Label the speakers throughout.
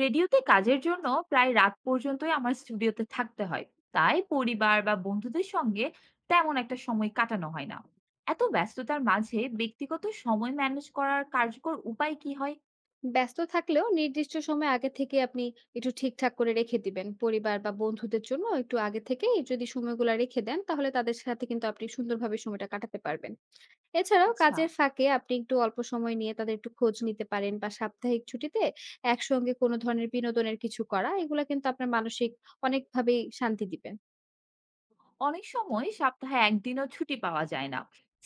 Speaker 1: রেডিওতে কাজের জন্য প্রায় রাত পর্যন্তই আমার স্টুডিওতে থাকতে হয়। তাই পরিবার বা বন্ধুদের সঙ্গে তেমন একটা সময় কাটানো হয় না। এত ব্যস্ততার মাঝে ব্যক্তিগত সময় ম্যানেজ করার কার্যকর উপায় কি হয়?
Speaker 2: ব্যস্ত থাকলেও নির্দিষ্ট সময় আগে থেকে আপনি একটু ঠিকঠাক করে রেখে দিবেন পরিবার বা বন্ধুদের জন্য একটু আগে থেকে যদি সময়গুলো রেখে দেন তাহলে তাদের সাথে কিন্তু আপনি সুন্দরভাবে সময়টা কাটাতে পারবেন। এছাড়াও
Speaker 1: আচ্ছা।
Speaker 2: কাজের ফাঁকে আপনি একটু অল্প সময় নিয়ে তাদের একটু খোঁজ নিতে পারেন বা সাপ্তাহিক ছুটিতে একসঙ্গে কোনো ধরনের বিনোদনের কিছু করা এগুলা কিন্তু আপনার মানসিক অনেকভাবেই শান্তি দিবে।
Speaker 1: অনেক সময় সপ্তাহে একদিনও ছুটি পাওয়া যায় না।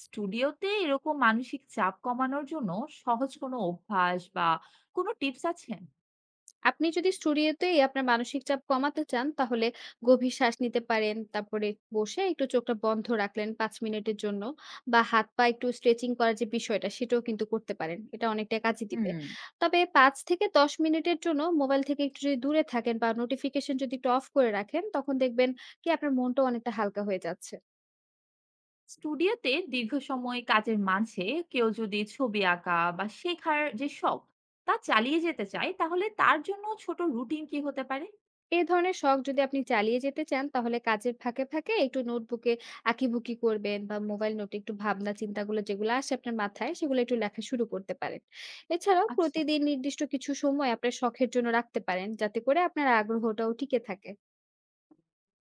Speaker 1: স্টুডিওতে এরকম মানসিক চাপ কমানোর জন্য সহজ কোনো অভ্যাস বা কোনো টিপস আছে?
Speaker 2: আপনি যদি স্টুডিওতেই আপনার মানসিক চাপ কমাতে চান তাহলে গভীর শ্বাস নিতে পারেন, তারপরে বসে একটু চোখটা বন্ধ রাখলেন পাঁচ মিনিটের জন্য, বা হাত পা একটু স্ট্রেচিং করার যে বিষয়টা সেটাও কিন্তু করতে পারেন, এটা অনেকটা কাজে দিবে।
Speaker 1: হুম।
Speaker 2: তবে পাঁচ থেকে দশ মিনিটের জন্য মোবাইল থেকে একটু যদি দূরে থাকেন বা নোটিফিকেশন যদি একটু অফ করে রাখেন তখন দেখবেন কি আপনার মনটা অনেকটা হালকা হয়ে যাচ্ছে।
Speaker 1: স্টুডিওতে দীর্ঘ সময় কাজের মাঝে কেউ যদি ছবি আঁকা বা শেখার যে শখ তা চালিয়ে যেতে চায় তাহলে তার জন্য ছোট রুটিন কি হতে পারে?
Speaker 2: এ ধরনের শখ যদি আপনি চালিয়ে যেতে চান তাহলে কাজের ফাঁকে ফাঁকে একটু নোটবুকে আঁকিবুকি করবেন বা মোবাইল নোটে একটু ভাবনা চিন্তাগুলো যেগুলো আসে আপনার মাথায় সেগুলো একটু লেখা শুরু করতে পারেন। এছাড়াও
Speaker 1: আচ্ছা।
Speaker 2: প্রতিদিন নির্দিষ্ট কিছু সময় আপনার শখের জন্য রাখতে পারেন যাতে করে আপনার আগ্রহটাও টিকে থাকে।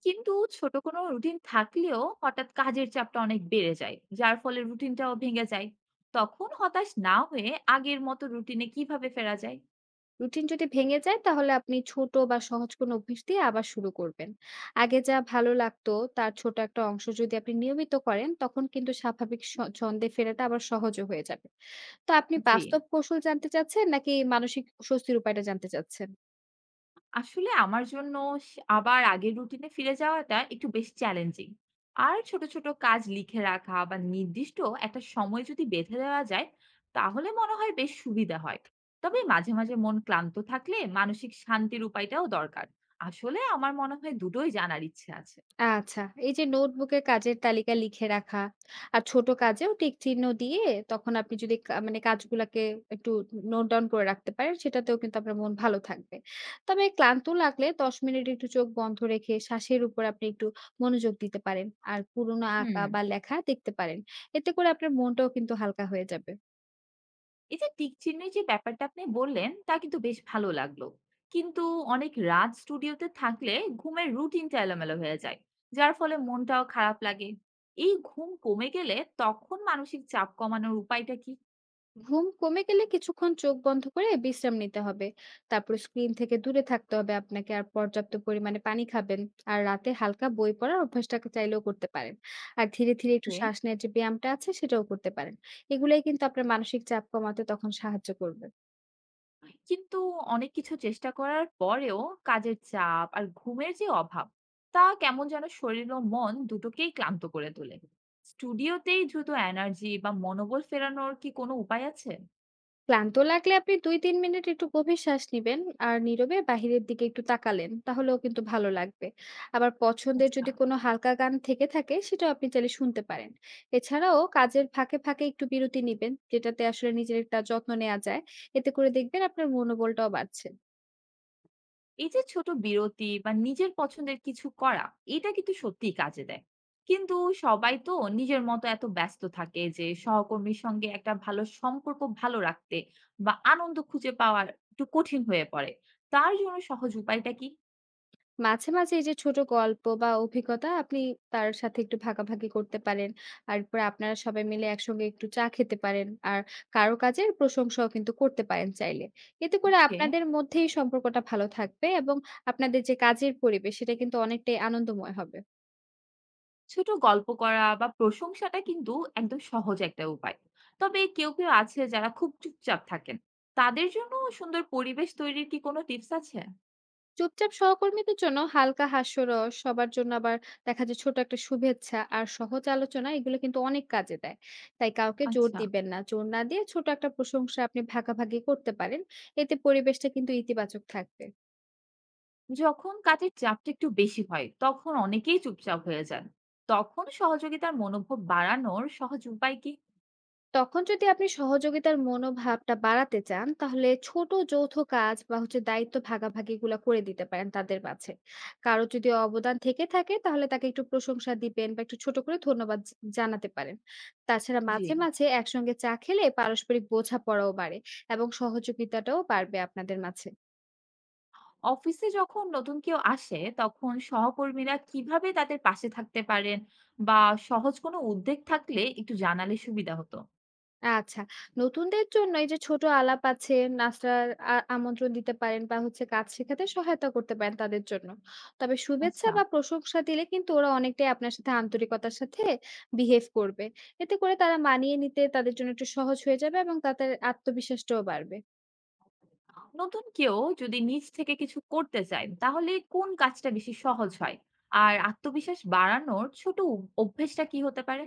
Speaker 1: কিন্তু ছোট কোনো রুটিন থাকলেও হঠাৎ কাজের চাপটা অনেক বেড়ে যায়, যার ফলে রুটিনটাও ভেঙে যায়। তখন হতাশ না হয়ে আগের মতো রুটিনে কিভাবে ফেরা যায়?
Speaker 2: রুটিন যদি ভেঙে যায় তাহলে আপনি ছোট বা সহজ কোনো অভ্যেস দিয়ে আবার শুরু করবেন। আগে যা ভালো লাগতো তার ছোট একটা অংশ যদি আপনি নিয়মিত করেন তখন কিন্তু স্বাভাবিক ছন্দে ফেরাটা আবার সহজও হয়ে যাবে। তো আপনি
Speaker 1: জি।
Speaker 2: বাস্তব কৌশল জানতে চাচ্ছেন নাকি মানসিক স্বস্তির উপায়টা জানতে চাচ্ছেন?
Speaker 1: আসলে আমার জন্য স আবার আগের রুটিনে ফিরে যাওয়াটা একটু বেশ চ্যালেঞ্জিং। আর ছোট, ছোট কাজ লিখে রাখা বা নির্দিষ্ট একটা সময় যদি বেঁধে দেওয়া যায়, তাহলে মনে হয় বেশ সুবিধা হয়। তবে মাঝে, মাঝে মন ক্লান্ত থাকলে মানসিক শান্তির উপায়টাও দরকার। আসলে আমার মনে হয় দুটোই জানার ইচ্ছে আছে।
Speaker 2: আচ্ছা, এই যে নোটবুকে কাজের তালিকা লিখে রাখা আর ছোট কাজেও টিক চিহ্ন দিয়ে তখন আপনি যদি কা মানে কাজগুলাকে একটু নোট ডাউন করে রাখতে পারেন সেটাতেও কিন্তু আপনার মন ভালো থাকবে। তবে ক্লান্ত লাগলে ১০ মিনিট একটু চোখ বন্ধ রেখে শ্বাসের উপর আপনি একটু মনোযোগ দিতে পারেন। আর পুরোনো আঁকা
Speaker 1: হুম।
Speaker 2: বা লেখা দেখতে পারেন। এতে করে আপনার মনটাও কিন্তু হালকা হয়ে যাবে।
Speaker 1: এই যে টিক চিহ্নের যে ব্যাপারটা আপনি বললেন তা কিন্তু বেশ ভালো লাগলো। কিন্তু অনেক রাত স্টুডিওতে থাকলে ঘুমের রুটিনটা এলোমেলো হয়ে যায়। যার ফলে মনটাও খারাপ লাগে। এই ঘুম কমে গেলে তখন মানসিক চাপ কমানোর উপায়টা কি?
Speaker 2: ঘুম কমে গেলে কিছুক্ষণ চোখ বন্ধ করে বিশ্রাম নিতে হবে, তারপর স্ক্রিন থেকে দূরে থাকতে হবে আপনাকে, আর পর্যাপ্ত পরিমাণে পানি খাবেন। আর রাতে হালকা বই পড়ার অভ্যাসটাকে চাইলেও করতে পারেন। আর ধীরে ধীরে একটু
Speaker 1: কে।
Speaker 2: শ্বাস নেওয়ার যে ব্যায়ামটা আছে সেটাও করতে পারেন। এগুলাই কিন্তু আপনার মানসিক চাপ কমাতে তখন সাহায্য করবে।
Speaker 1: কিন্তু অনেক কিছু চেষ্টা করার পরেও কাজের চাপ আর ঘুমের যে অভাব তা কেমন যেন শরীর ও মন দুটোকেই ক্লান্ত করে তোলে। স্টুডিওতেই দ্রুত এনার্জি বা মনোবল ফেরানোর কি কোনো উপায় আছে?
Speaker 2: ক্লান্ত লাগলে আপনি 2-3 মিনিট একটু গভীর শ্বাস নিবেন আর নীরবে বাহিরের দিকে একটু তাকালেন, তাহলেও কিন্তু ভালো লাগবে। আবার পছন্দের
Speaker 1: আচ্ছা।
Speaker 2: যদি কোনো হালকা গান থেকে থাকে সেটাও আপনি চাইলে শুনতে পারেন। এছাড়াও কাজের ফাঁকে, ফাঁকে একটু বিরতি নিবেন যেটাতে আসলে নিজের একটা যত্ন নেওয়া যায়। এতে করে দেখবেন আপনার মনোবলটাও বাড়ছে।
Speaker 1: এই যে ছোট বিরতি বা নিজের পছন্দের কিছু করা, এটা কিন্তু সত্যিই কাজে দেয়। কিন্তু সবাই তো নিজের মতো এত ব্যস্ত থাকে যে সহকর্মীর সঙ্গে একটা ভালো সম্পর্ক ভালো রাখতে বা আনন্দ খুঁজে পাওয়া একটু কঠিন হয়ে পড়ে। তার জন্য সহজ উপায়টা কি?
Speaker 2: মাঝে, মাঝে এই যে ছোট গল্প বা অভিজ্ঞতা আপনি তার সাথে একটু ভাগাভাগি করতে পারেন। আর এরপরে আপনারা সবাই মিলে একসঙ্গে একটু চা খেতে পারেন। আর কারো কাজের প্রশংসাও কিন্তু করতে পারেন চাইলে। এতে করে
Speaker 1: কে।
Speaker 2: আপনাদের মধ্যেই সম্পর্কটা ভালো থাকবে এবং আপনাদের যে কাজের পরিবেশ সেটা কিন্তু অনেকটাই আনন্দময় হবে।
Speaker 1: ছোট গল্প করা বা প্রশংসাটা কিন্তু একদম সহজ একটা উপায়। তবে কেউ, কেউ আছে যারা খুব চুপচাপ থাকেন। তাদের জন্য সুন্দর পরিবেশ তৈরির কি কোনো টিপস আছে?
Speaker 2: চুপচাপ সহকর্মীদের জন্য হালকা হাস্যরস, সবার জন্য আবার দেখা যায় ছোট একটা শুভেচ্ছা আর সহজ আলোচনা, এগুলো কিন্তু অনেক কাজে দেয়। তাই কাউকে জোর
Speaker 1: আচ্ছা।
Speaker 2: দিবেন না। জোর না দিয়ে ছোট একটা প্রশংসা আপনি ভাগাভাগি করতে পারেন। এতে পরিবেশটা কিন্তু ইতিবাচক থাকবে।
Speaker 1: যখন কাজের চাপটা একটু বেশি হয় তখন অনেকেই চুপচাপ হয়ে যান। তখন সহযোগিতার মনোভাব বাড়ানোর সহজ উপায় কি?
Speaker 2: তখন যদি আপনি সহযোগিতার মনোভাবটা বাড়াতে চান তাহলে ছোট যৌথ কাজ বা হচ্ছে দায়িত্ব ভাগাভাগিগুলো করে দিতে পারেন তাদের মাঝে। কারো যদি অবদান থেকে থাকে তাহলে তাকে একটু প্রশংসা দিবেন বা একটু ছোট করে ধন্যবাদ জানাতে পারেন। তাছাড়া
Speaker 1: জি।
Speaker 2: মাঝে মাঝে একসঙ্গে চা খেলে পারস্পরিক বোঝাপড়াও বাড়ে এবং সহযোগিতাটাও বাড়বে আপনাদের মাঝে।
Speaker 1: অফিসে যখন নতুন কেউ আসে তখন সহকর্মীরা কিভাবে তাদের পাশে থাকতে পারেন বা সহজ কোনো উদ্যোগ থাকলে একটু জানালে সুবিধা হতো।
Speaker 2: আচ্ছা। নতুনদের জন্য এই যে ছোট আলাপ আছে, নাস্তার আমন্ত্রণ দিতে পারেন বা হচ্ছে কাজ শেখাতে সহায়তা করতে পারেন তাদের জন্য। তবে শুভেচ্ছা
Speaker 1: আচ্ছা।
Speaker 2: বা প্রশংসা দিলে কিন্তু ওরা অনেকটাই আপনার সাথে আন্তরিকতার সাথে বিহেভ করবে। এতে করে তারা মানিয়ে নিতে তাদের জন্য একটু সহজ হয়ে যাবে এবং তাদের আত্মবিশ্বাসটাও বাড়বে।
Speaker 1: নতুন কেউ যদি নিজ থেকে কিছু করতে চায় তাহলে কোন কাজটা বেশি সহজ হয়, আর আত্মবিশ্বাস বাড়ানোর ছোট অভ্যেসটা কি হতে পারে?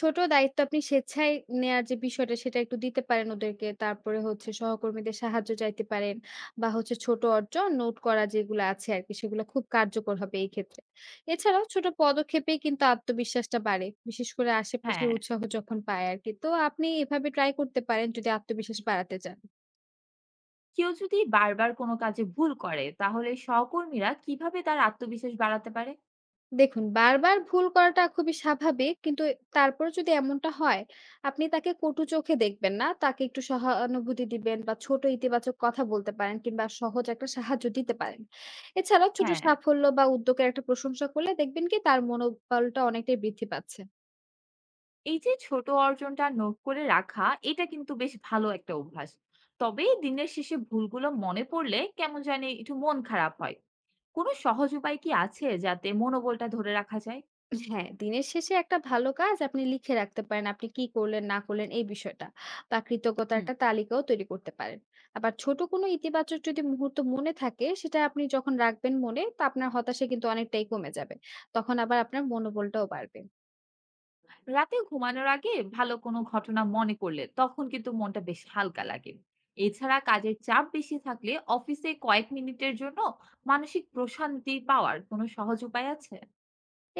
Speaker 2: ছোট দায়িত্ব আপনি স্বেচ্ছায় নেয়ার যে বিষয়টা সেটা একটু দিতে পারেন ওদেরকে। তারপরে হচ্ছে সহকর্মীদের সাহায্য চাইতে পারেন বা হচ্ছে ছোট অর্জন নোট করা যেগুলো আছে আরকি সেগুলো খুব কার্যকর হবে এই ক্ষেত্রে। এছাড়াও ছোট পদক্ষেপেই কিন্তু আত্মবিশ্বাসটা বাড়ে, বিশেষ করে আশেপাশের
Speaker 1: হ্যাঁ।
Speaker 2: উৎসাহ যখন পায় আরকি। তো আপনি এভাবে ট্রাই করতে পারেন যদি আত্মবিশ্বাস বাড়াতে চান।
Speaker 1: কেউ যদি বারবার কোনো কাজে ভুল করে তাহলে সহকর্মীরা কিভাবে তার আত্মবিশ্বাস বাড়াতে পারে?
Speaker 2: দেখুন, বারবার ভুল করাটা খুবই স্বাভাবিক। কিন্তু তারপর যদি এমনটা হয় আপনি তাকে কটু চোখে দেখবেন না, তাকে একটু সহানুভূতি দিবেন বা ছোট ইতিবাচক কথা বলতে পারেন কিংবা সহজ একটা সাহায্য দিতে পারেন। এছাড়াও ছোট
Speaker 1: হ্যাঁ।
Speaker 2: সাফল্য বা উদ্যোগের একটা প্রশংসা করলে দেখবেন কি তার মনোবলটা অনেকটাই বৃদ্ধি পাচ্ছে।
Speaker 1: এই যে ছোট অর্জনটা নোট করে রাখা এটা কিন্তু বেশ ভালো একটা অভ্যাস। তবে দিনের শেষে ভুলগুলো মনে পড়লে কেমন জানি একটু মন খারাপ হয়। কোনো সহজ উপায় কি আছে যাতে মনোবলটা ধরে রাখা যায়?
Speaker 2: হ্যাঁ, দিনের শেষে একটা ভালো কাজ আপনি লিখে রাখতে পারেন, আপনি কি করলেন না করলেন এই বিষয়টা। বা কৃতজ্ঞতার
Speaker 1: হুম।
Speaker 2: একটা তালিকাও তৈরি করতে পারেন। আবার ছোট কোনো ইতিবাচক যদি মুহূর্ত মনে থাকে সেটা আপনি যখন রাখবেন মনে, তো আপনার হতাশা কিন্তু অনেকটাই কমে যাবে। তখন আবার আপনার মনোবলটাও বাড়বে।
Speaker 1: রাতে ঘুমানোর আগে ভালো কোনো ঘটনা মনে করলে তখন কিন্তু মনটা বেশ হালকা লাগে। এছাড়া কাজের চাপ বেশি থাকলে অফিসে কয়েক মিনিটের জন্য মানসিক প্রশান্তি পাওয়ার কোনো সহজ উপায় আছে?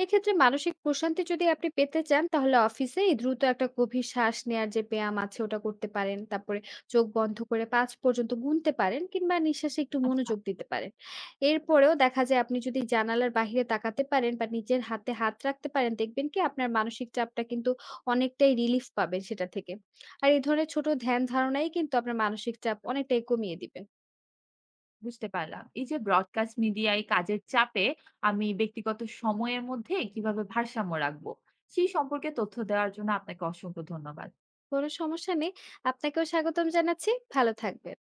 Speaker 2: এক্ষেত্রে মানসিক প্রশান্তি যদি আপনি পেতে চান তাহলে অফিসে এই দ্রুত একটা গভীর শ্বাস নেয়ার যে ব্যায়াম আছে ওটা করতে পারেন, তারপরে চোখ বন্ধ করে পাঁচ পর্যন্ত গুনতে পারেন কিংবা নিঃশ্বাসে একটু
Speaker 1: আচ্ছা।
Speaker 2: মনোযোগ দিতে পারেন। এরপরেও দেখা যায় আপনি যদি জানালার বাইরে তাকাতে পারেন বা নিজের হাতে হাত রাখতে পারেন দেখবেন কি আপনার মানসিক চাপটা কিন্তু অনেকটাই রিলিফ পাবেন সেটা থেকে। আর এই ধরনের ছোট ধ্যান ধারণাই কিন্তু আপনার মানসিক চাপ অনেকটাই কমিয়ে দিবে।
Speaker 1: বুঝতে পারলাম, এই যে ব্রডকাস্ট মিডিয়ায় কাজের চাপে আমি ব্যক্তিগত সময়ের মধ্যে কিভাবে ভারসাম্য রাখবো সেই সম্পর্কে তথ্য দেওয়ার জন্য আপনাকে অসংখ্য ধন্যবাদ।
Speaker 2: কোনো সমস্যা নেই। আপনাকেও স্বাগতম জানাচ্ছি, ভালো থাকবেন।